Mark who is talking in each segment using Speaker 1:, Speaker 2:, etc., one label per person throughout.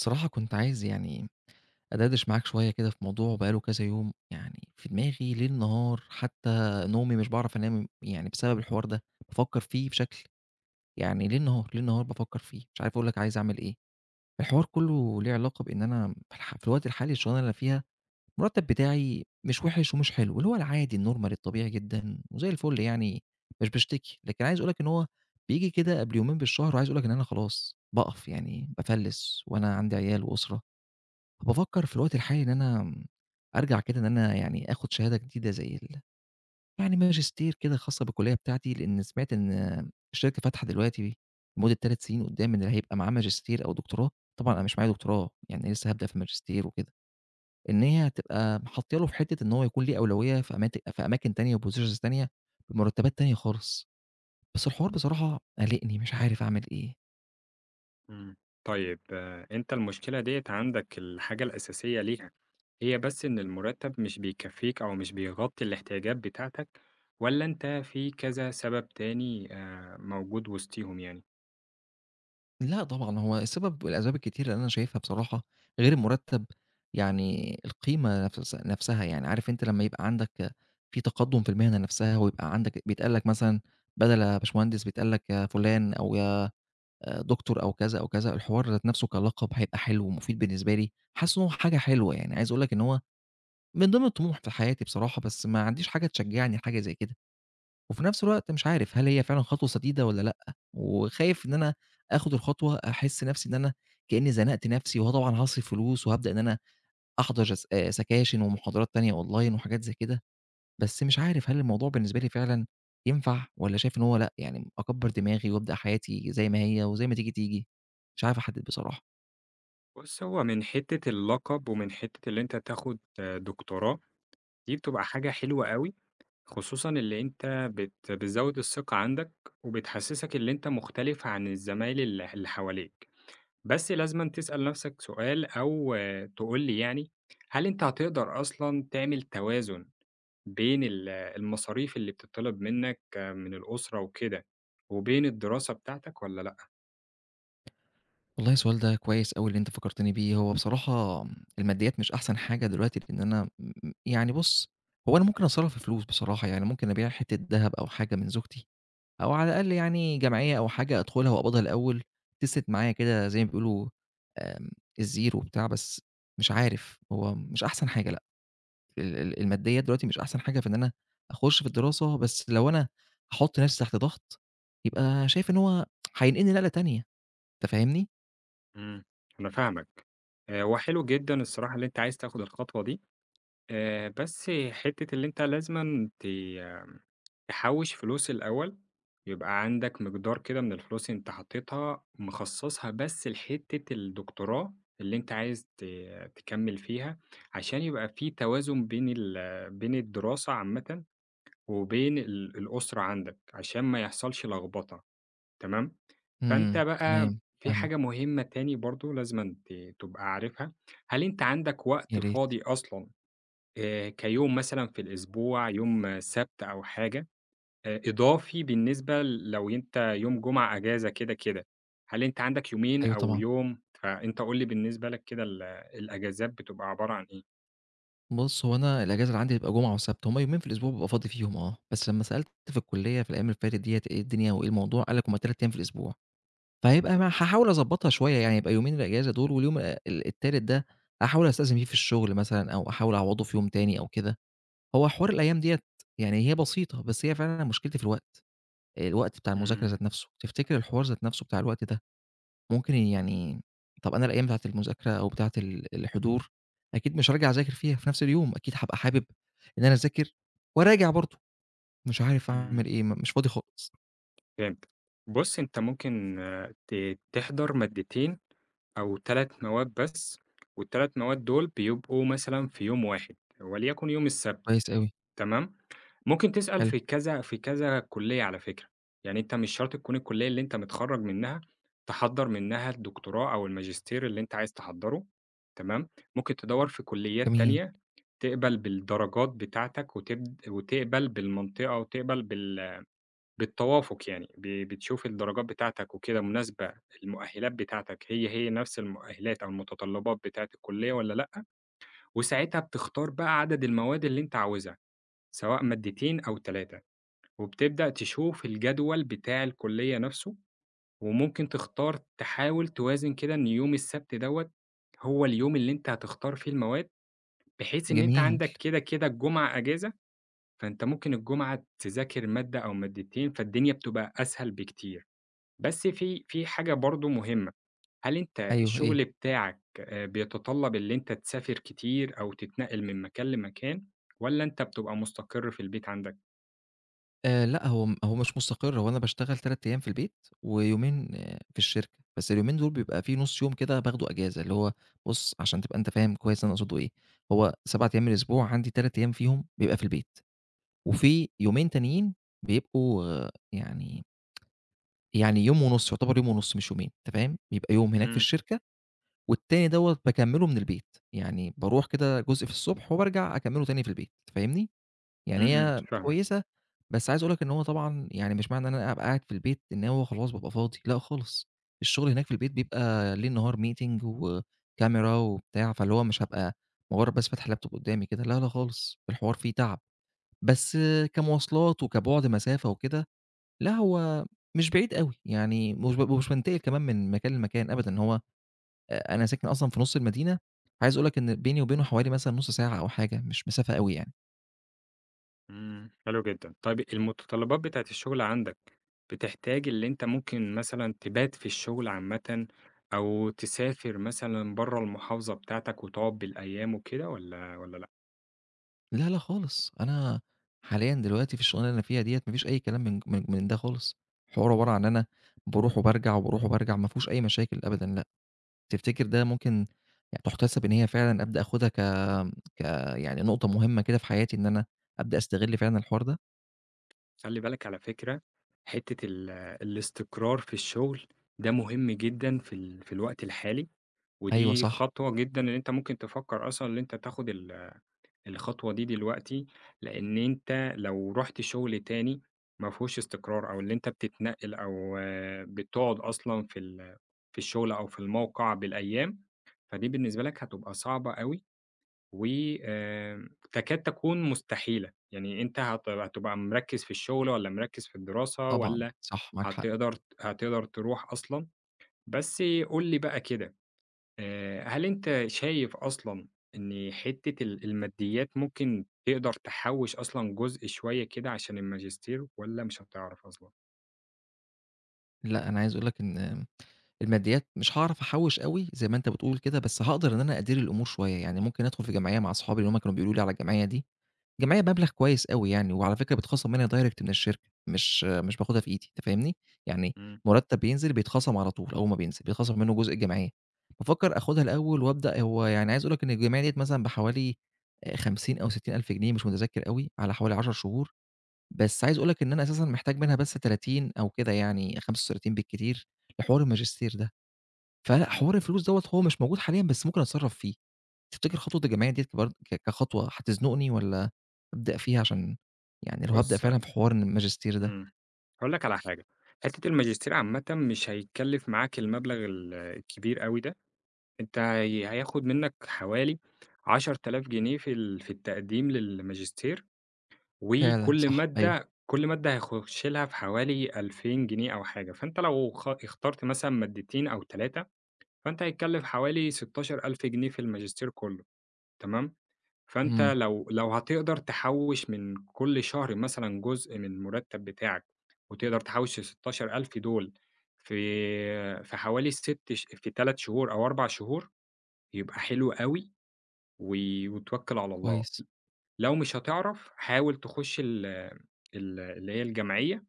Speaker 1: بصراحة كنت عايز يعني أدردش معاك شوية كده في موضوع بقى له كذا يوم، يعني في دماغي ليل نهار، حتى نومي مش باعرف أنام يعني بسبب الحوار ده، بافكّر فيه بشكل يعني ليل نهار، ليل نهار بافكّر فيه، مش عارف أقول لك عايز أعمل إيه. الحوار كُلّه ليه علاقة بإن أنا في الوقت الحالي الشغلانة اللي أنا فيها، المرتّب بتاعي مش وِحِش ومش حلو، اللي هو العادي الnormal الطبيعي جدًا وزي الفل يعني مش باشتكي، لكن عايز أقول لك إن هو بييجي كده قبل يومين بالشهر وعايز أقول لك إن أنا خلاص باقف، يعني بافلِّس وأنا عندي عيال وأسرة، بافكّر في الوقت الحالي إن أنا أرجع كده إن أنا يعني آخُد شهادة جديدة زي ال يعني ماجستير كده خاصة بالكلية بتاعتي، لإن سمعت إن الشركة فاتحة دلوقتي لمدة 3 سنين قدّام ان اللي هيبقى معاه ماجستير أو دكتوراه، طبعًا أنا مش معايا دكتوراه، يعني لسه هابدأ في الماجستير وكده، إن هي هتبقى حاطّية له في حتّة إن هو يكون ليه أولوية في أماكن تانية وpositions تانية بمرتبات تانية خالص، بس الحوار بصراحة قالقني مش عارف أعمل إيه.
Speaker 2: إمم. طيب أنت المشكلة ديّة عندك الحاجة الأساسية ليها هي بس إن المرتب مش بيكفّيك أو مش بيغطي الاحتياجات بتاعتك، والّا أنت في كذا سبب تاني موجود وسطيهم يعني؟
Speaker 1: لأ طبعًا، هو السبب والأسباب الكتيرة اللي أنا شايفها بصراحة غير المُرتّب، يعني القيمة نفس نفسها، يعني عارف أنت لمّا يبقى عندك في تقدُّم في المهنة نفسها ويبقى عندك بيتقال لك مثلًا بدل يا باشمهندس بيتقال لك يا فُلان أو يا دكتور أو كذا أو كذا، الحوار ذات نفسه كلقب هيبقى حلو ومفيد بالنسبة لي، حاسس إن هو حاجة حلوة يعني، عايز أقول لك إن هو من ضمن الطموح في حياتي بصراحة، بس ما عنديش حاجة تشجّعني لحاجة زي كده. وفي نفس الوقت مش عارف هل هي فعلًا خطوة سديدة والّا لأ، وخايف إن أنا آخد الخطوة أحس نفسي إن أنا كإني زنقت نفسي، وآه طبعًا هاصرف فلوس وهابدأ إن أنا أحضر جس سكاشن ومحاضرات تانية أونلاين وحاجات زي كده، بس مش عارف هل الموضوع بالنسبة لي فعلًا ينفع والّا شايف إن هو لأ، يعني أكبّر دماغي وأبدأ حياتي زي ما هي وزي ما تيجي، تيجي؟ مش عارف أحدد بصراحة.
Speaker 2: بُص، هو من حتّة اللقب ومن حتّة اللي أنت تاخد دكتوراه، دي بتبقى حاجة حلوة أوي، خصوصًا اللي أنت بتزوّد الثقة عندك، وبتحسّسك اللي أنت مختلف عن الزمايل اللي حواليك. بس لازمًا تسأل نفسك سؤال أو تقول لي يعني، هل أنت هتقدر أصلًا تعمل توازن بين المصاريف اللي بتطلب منك من الأسرة وكده، وبين الدراسة بتاعتك والّا لأ؟
Speaker 1: والله السؤال ده كويس أوي اللي أنت فكّرتني بيه، هو بصراحة الماديات مش أحسن حاجة دلوقتي، لإن أنا م م يعني بُص، هو أنا ممكن أتصرّف في فلوس بصراحة، يعني ممكن أبيع حتّة دهب أو حاجة من زوجتي، أو على الأقل يعني جمعية أو حاجة أدخلها وأقبضها الأول، تسند معايا كده زي ما بيقولوا آمم، الزير وبتاع، بس مش عارف، هو مش أحسن حاجة لأ، ال ال الماديات دلوقتي مش أحسن حاجة في إن أنا أخُش في الدراسة، بس لو أنا هاحُط نَفْسي تحت ضغط، يبقى شايف إن هو هينقلني نقلة تانية، أنت فاهمني؟
Speaker 2: إمم. أنا فاهمك، وحلو جدًا الصراحة اللي أنت عايز تاخد الخطوة دي. بس حتّة اللي أنت لازمًا تحوّش فلوس الأول، يبقى عندك مقدار كده من الفلوس أنت حاططها مخصّصها بس لحتّة الدكتوراه اللي أنت عايز تكمّل فيها، عشان يبقى في توازن بين ال بين الدراسة عامةً وبين الأسرة عندك، عشان ما يحصلش لخبطة تمام؟ فأنت
Speaker 1: إمم،
Speaker 2: بقى
Speaker 1: تمام،
Speaker 2: في
Speaker 1: فاهمك،
Speaker 2: حاجة مهمة تاني برضه لازمًا تبقى عارفها، هل أنت عندك
Speaker 1: يا
Speaker 2: وقت
Speaker 1: ريت.
Speaker 2: فاضي أصلًا كيوم مثلًا في الأسبوع، يوم سبت أو حاجة إضافي بالنسبة لو أنت يوم جمعة أجازة كده، كده. هل أنت عندك يومين
Speaker 1: أيوه
Speaker 2: أو
Speaker 1: طبعًا.
Speaker 2: يوم؟ فأنت قُل لي بالنسبة لك كده الأجازات بتبقى عبارة عن إيه؟
Speaker 1: بُص، هو أنا الأجازة اللي عندي بتبقى جمعة وسبت، هُم يومين في الأسبوع بابقى فاضي فيهم آه، بس لمّا سألت في الكلية في الأيام اللي فاتت ديّة إيه الدنيا وإيه الموضوع، قال لك هُم 3 أيام في الأسبوع، فهيبقى ما هاحاول أضبّطها شوية، يعني يبقى يومين الأجازة دول واليوم التالت ده أحاول أستأذن فيه في الشغل مثلًا أو أحاول أعوّضه في يوم تاني أو كده. هو حوار الأيام ديّة يعني هي بسيطة، بس هي فعلًا مشكلتي في الوقت، الوقت بتاع المذاكرة
Speaker 2: إمم،
Speaker 1: ذات نَفْسه، تفتكر الحوار ذات نَفْسه بتاع الوقت ده ممكن يعني طب أنا الأيام بتاعة المذاكرة أو بتاعة الحضور أكيد مش هاراجع أذاكر فيها في نفس اليوم، أكيد هابقى حابب إن أنا أذاكر وأراجع برضه، مش عارف
Speaker 2: إمم.
Speaker 1: أعمل إيه، مش فاضي خالص.
Speaker 2: فهمت. بُص، أنت ممكن آه، ت تحضر مادتين أو 3 مواد بس، وال3 مواد دول بيبقوا مثلًا في يوم واحد وليكن يوم السبت.
Speaker 1: كويس أوي،
Speaker 2: تمام، ممكن تسأل
Speaker 1: حلو،
Speaker 2: في كذا في كذا كُلّية على فكرة، يعني أنت مش شرط تكون الكُلّية اللي أنت متخرّج منها تحضّر منها الدكتوراه أو الماجستير اللي أنت عايز تحضّره، تمام، ممكن تدوّر في كُلّيات
Speaker 1: جميل،
Speaker 2: تانية تقبل بالدرجات بتاعتك وتبد وتقبل بالمنطقة وتقبل بال بالتوافق يعني، بتشوف الدرجات بتاعتك وكده مناسبة المؤهلات بتاعتك هي، هي نفس المؤهلات أو المتطلبات بتاعة الكُلّية والّا لأ، وساعتها بتختار بقى عدد المواد اللي أنت عاوزها. سواء مادتين أو 3 وبتبدأ تشوف الجدول بتاع الكلية نفسه، وممكن تختار تحاول توازن كده إن يوم السبت دوّة هو اليوم اللي أنت هتختار فيه المواد، بحيث إن أنت
Speaker 1: جميل،
Speaker 2: عندك كده، كده الجمعة أجازة، فأنت ممكن الجمعة تذاكر مادة أو مادتين، فالدنيا بتبقى أسهل بكتير. بس في حاجة برضه مهمة، هل أنت
Speaker 1: أيوه إيه،
Speaker 2: الشغل بتاعك بيتطلب اللي أنت تسافر كتير أو تتنقل من مكان لمكان والّا أنت بتبقى مستقر في البيت عندك؟
Speaker 1: لأ هو هو مش مستقر، هو أنا باشتغل 3 أيام في البيت ويومين في الشركة، بس اليومين دول بيبقى في نُص يوم كده باخده أجازة، اللي هو بُص عشان تبقى أنت فاهم كويس أنا أقصده إيه، هو 7 أيام الأسبوع عندي 3 أيام فيهم بيبقى في البيت. وفي يومين تانيين بيبقوا يعني يعني يوم ونُص، يعتبر يوم ونُص مش يومين، أنت فاهم؟ بيبقى يوم هناك في الشركة، والتاني دوّة باكمّله من البيت، يعني باروح كده جزء في الصبح وبارجع أكمّله تاني في البيت، أنت فاهمني؟ يعني
Speaker 2: إمم، إمم،
Speaker 1: هي
Speaker 2: فاهمك،
Speaker 1: كويسة، بس عايز أقول لك إن هو طبعًا يعني مش معنى إن أنا أبقى قاعد في البيت إن هو خلاص بابقى فاضي، لأ خالص، الشغل هناك في البيت بيبقى ليل نهار meeting وكاميرا وبتاع، فاللي هو مش هابقى مجرّد بس فاتح اللاب توب قدّامي كده، لا، لا خالص، الحوار فيه تعب. بس كمواصلات وكبُعد مسافة وكده، لأ هو مش بعيد أوي، يعني مش ومش بانتقل كمان من مكان لمكان أبدًا، هو أنا ساكن أصلًا في نُص المدينة، عايز أقول لك إن بيني وبينه حوالي مثلًا نُص ساعة أو حاجة، مش مسافة أوي يعني.
Speaker 2: إمم، حلو جدًا. طيب المتطلبات بتاعة الشغل عندك بتحتاج اللي أنت ممكن مثلًا تبات في الشغل عامةً، أو تسافر مثلًا برّه المحافظة بتاعتك وتقعد بالأيام وكده والّا لأ؟
Speaker 1: لا، لا خالص، أنا حاليًا دلوقتي في الشغلانة اللي أنا فيها ديّة ما فيش أي كلام من ده خالص، الحوار عبارة عن إن أنا باروح وبارجع، وباروح وبارجع، ما فيهوش أي مشاكل أبدًا. تفتكر ده ممكن يعني تُحتسب إن هي فعلًا أبدأ آخُدها ك ك يعني نقطة مهمة كده في حياتي إن أنا أبدأ أستغل فعلًا الحوار ده؟
Speaker 2: خلّي بالك على فكرة حتة الاستقرار في الشغل ده مهم جدًا في ال في الوقت الحالي،
Speaker 1: أيوه
Speaker 2: ودي
Speaker 1: صح،
Speaker 2: خطوة جدًا إن أنت ممكن تفكّر أصلًا إن أنت تاخد الخطوة دي دلوقتي، لإن أنت لو رُحت شغل تاني ما فيهوش استقرار، أو اللي أنت بتتنقل أو بتقعد أصلًا في ال في الشغل أو في الموقع بالأيام، فدي بالنسبة لك هتبقى صعبة أوي، وآمم تكاد تكون مستحيلة، يعني أنت هتبقى مركّز في الشغل والّا مركّز في الدراسة
Speaker 1: طبعًا،
Speaker 2: والّا
Speaker 1: صح معاك حق.
Speaker 2: هتقدر هتقدر تروح أصلًا؟ بس قُل لي بقى كده هل أنت شايف أصلًا إن حتّة الماديات ممكن تقدر تحوّش أصلًا جزء شوية كده عشان الماجستير والّا مش هتعرف أصلًا؟
Speaker 1: لأ، أنا عايز أقول لك إن الماديات مش هاعرف أحوّش أوي زي ما أنت بتقول كده، بس هاقدر إن أنا أدير الأمور شوية، يعني ممكن أدخُل في جمعية مع أصحابي اللي هم كانوا بيقولوا لي على الجمعية دي جمعيّة بمبلغ كويس أوي يعني، وعلى فكرة بيتخصم منها direct من الشركة، مش باخدها في إيدي، أنت فاهمني؟ يعني
Speaker 2: إمم،
Speaker 1: مرتّب بينزل بيتخصم على طول أول ما بينزل، بيتخصم منه جزء الجمعية، بافكّر آخُدها الأول وأبدأ هو يعني عايز أقول لك إن الجمعية ديّة مثلًا بحوالي 50 أو 60,000 جنيه مش متذكّر أوي، على حوالي 10 شهور، بس عايز أقول لك إن أنا أساسًا محتاج منها بس 30 أو كده يعني 35 بالكتير لحوار الماجستير ده. فلأ،
Speaker 2: إمم،
Speaker 1: حوار الفلوس دوّة هو مش موجود حاليًا، بس ممكن أتصرّف فيه. تفتكر خطوة الجمعية ديّة كبرض ك كخطوة هتزنقني والّا أبدأ فيها عشان يعني لو هابدأ
Speaker 2: بُص
Speaker 1: فعلًا
Speaker 2: أنا
Speaker 1: في حوار إن الماجستير ده
Speaker 2: إمم، هاقول لك على حاجة، حتّة الماجستير عامةً مش هيكلّف معاك المبلغ الكبير أوي ده، أنت هي هياخد منّك حوالي 10,000 جنيه في ال في التقديم للماجستير.
Speaker 1: فعلًا
Speaker 2: وكل
Speaker 1: صح، أيوه،
Speaker 2: مادة كل مادة هيخش لها في حوالي 2000 جنيه أو حاجة، فأنت لو اخترت مثلًا مادتين أو 3 فأنت هيتكلف حوالي 16,000 جنيه في الماجستير كله، تمام؟ فأنت
Speaker 1: إمم،
Speaker 2: لو هتقدر تحوّش من كل شهر مثلًا جزء من المرتب بتاعك، وتقدر تحوّش ال16,000 دول في حوالي 6 في 3 شهور أو 4 شهور، يبقى حلو أوي و وتوكّل على الله.
Speaker 1: كويس.
Speaker 2: لو مش هتعرف حاول تخش ال ال اللي هي الجمعية،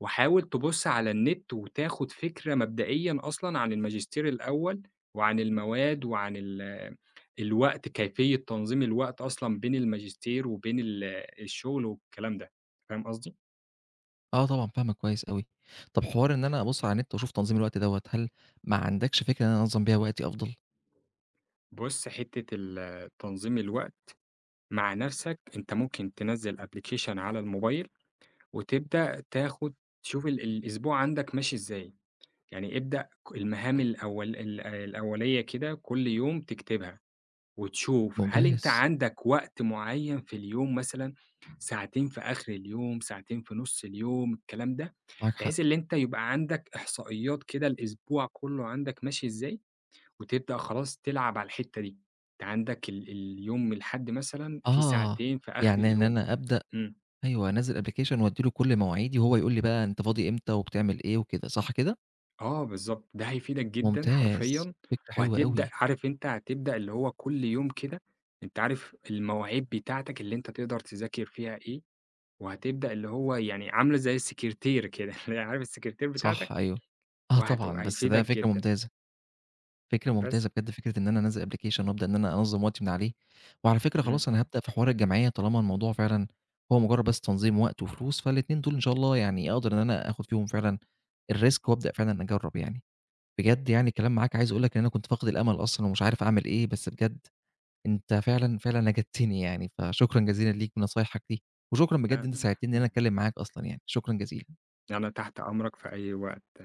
Speaker 2: وحاول تبُص على النت وتاخد فكرة مبدئيًا أصلًا عن الماجستير الأول، وعن المواد وعن الوقت، كيفية تنظيم الوقت أصلًا بين الماجستير وبين الشغل والكلام ده، فاهم قصدي؟
Speaker 1: آه طبعًا، فاهمك كويس أوي. طَب حوار إن أنا أبُص على النت وأشوف تنظيم الوقت دوّة، هل ما عندكش فكرة إن أنا أنظّم بيها وقتي أفضل؟
Speaker 2: بُص حتّة تنظيم الوقت مع نَفْسك، أنت ممكن تنزّل application على الموبايل وتبدأ تاخد تشوف الأسبوع عندك ماشي إزاي. يعني ابدأ المهام الأول الأولية كده كل يوم تكتبها، وتشوف هل أنت
Speaker 1: ممتاز،
Speaker 2: عندك وقت معين في اليوم مثلًا، ساعتين في آخر اليوم، ساعتين في نُص اليوم، الكلام ده،
Speaker 1: معاك حق.
Speaker 2: بحيث اللي أنت يبقى عندك إحصائيات كده الأسبوع كله عندك ماشي إزاي، وتبدأ خلاص تلعب على الحتّة دي، أنت عندك اليوم من الحد مثلًا في
Speaker 1: آه،
Speaker 2: ساعتين في آخر
Speaker 1: يعني إن
Speaker 2: اليوم،
Speaker 1: أنا أبدأ
Speaker 2: إمم.
Speaker 1: أيوه، أنزّل application وأدّي له كل مواعيدي وهو يقول لي بقى أنت فاضي إمتى وبتعمل إيه وكده، صح كده؟
Speaker 2: آه بالضبط، ده هيفيدك جدًا
Speaker 1: ممتاز،
Speaker 2: حرفيًا،
Speaker 1: فكرة حلوة
Speaker 2: وهتبدأ
Speaker 1: أوي،
Speaker 2: عارف أنت هتبدأ اللي هو كل يوم كده أنت عارف المواعيد بتاعتك اللي أنت تقدر تذاكر فيها إيه، وهتبدأ اللي هو يعني عاملة زي السكرتير كده اللي هي عارف السكرتير
Speaker 1: صح
Speaker 2: بتاعتك،
Speaker 1: أيوه. آه طبعًا، بس
Speaker 2: هيفيدك
Speaker 1: ده فكرة
Speaker 2: جدًا،
Speaker 1: ممتازة، فكرة
Speaker 2: بس.
Speaker 1: ممتازة بجد فكرة إن أنا أنزّل application وأبدأ إن أنا أنظّم وقتي من عليه، وعلى فكرة
Speaker 2: إمم.
Speaker 1: خلاص أنا هابدأ في حوار الجمعية طالما الموضوع فعلًا هو مجرّد بس تنظيم وقت وفلوس، فالاتنين دول إن شاء الله يعني أقدر إن أنا آخُد فيهم فعلًا الrisk وأبدأ فعلًا أجرّب يعني. بجد يعني الكلام معاك عايز أقول لك إن أنا كنت فاقد الأمل أصلًا ومش عارف أعمل إيه، بس بجد أنت فعلًا، فعلًا نَجَدتني يعني، فشكرًا جزيلًا ليك بنصايحك دي، وشكرًا بجد إن أنت
Speaker 2: آمم،
Speaker 1: ساعدتني إن أنا
Speaker 2: إمم،
Speaker 1: أتكلّم معاك أصلًا يعني، شكرًا جزيلًا.
Speaker 2: أنا تحت أمرك في أي وقت.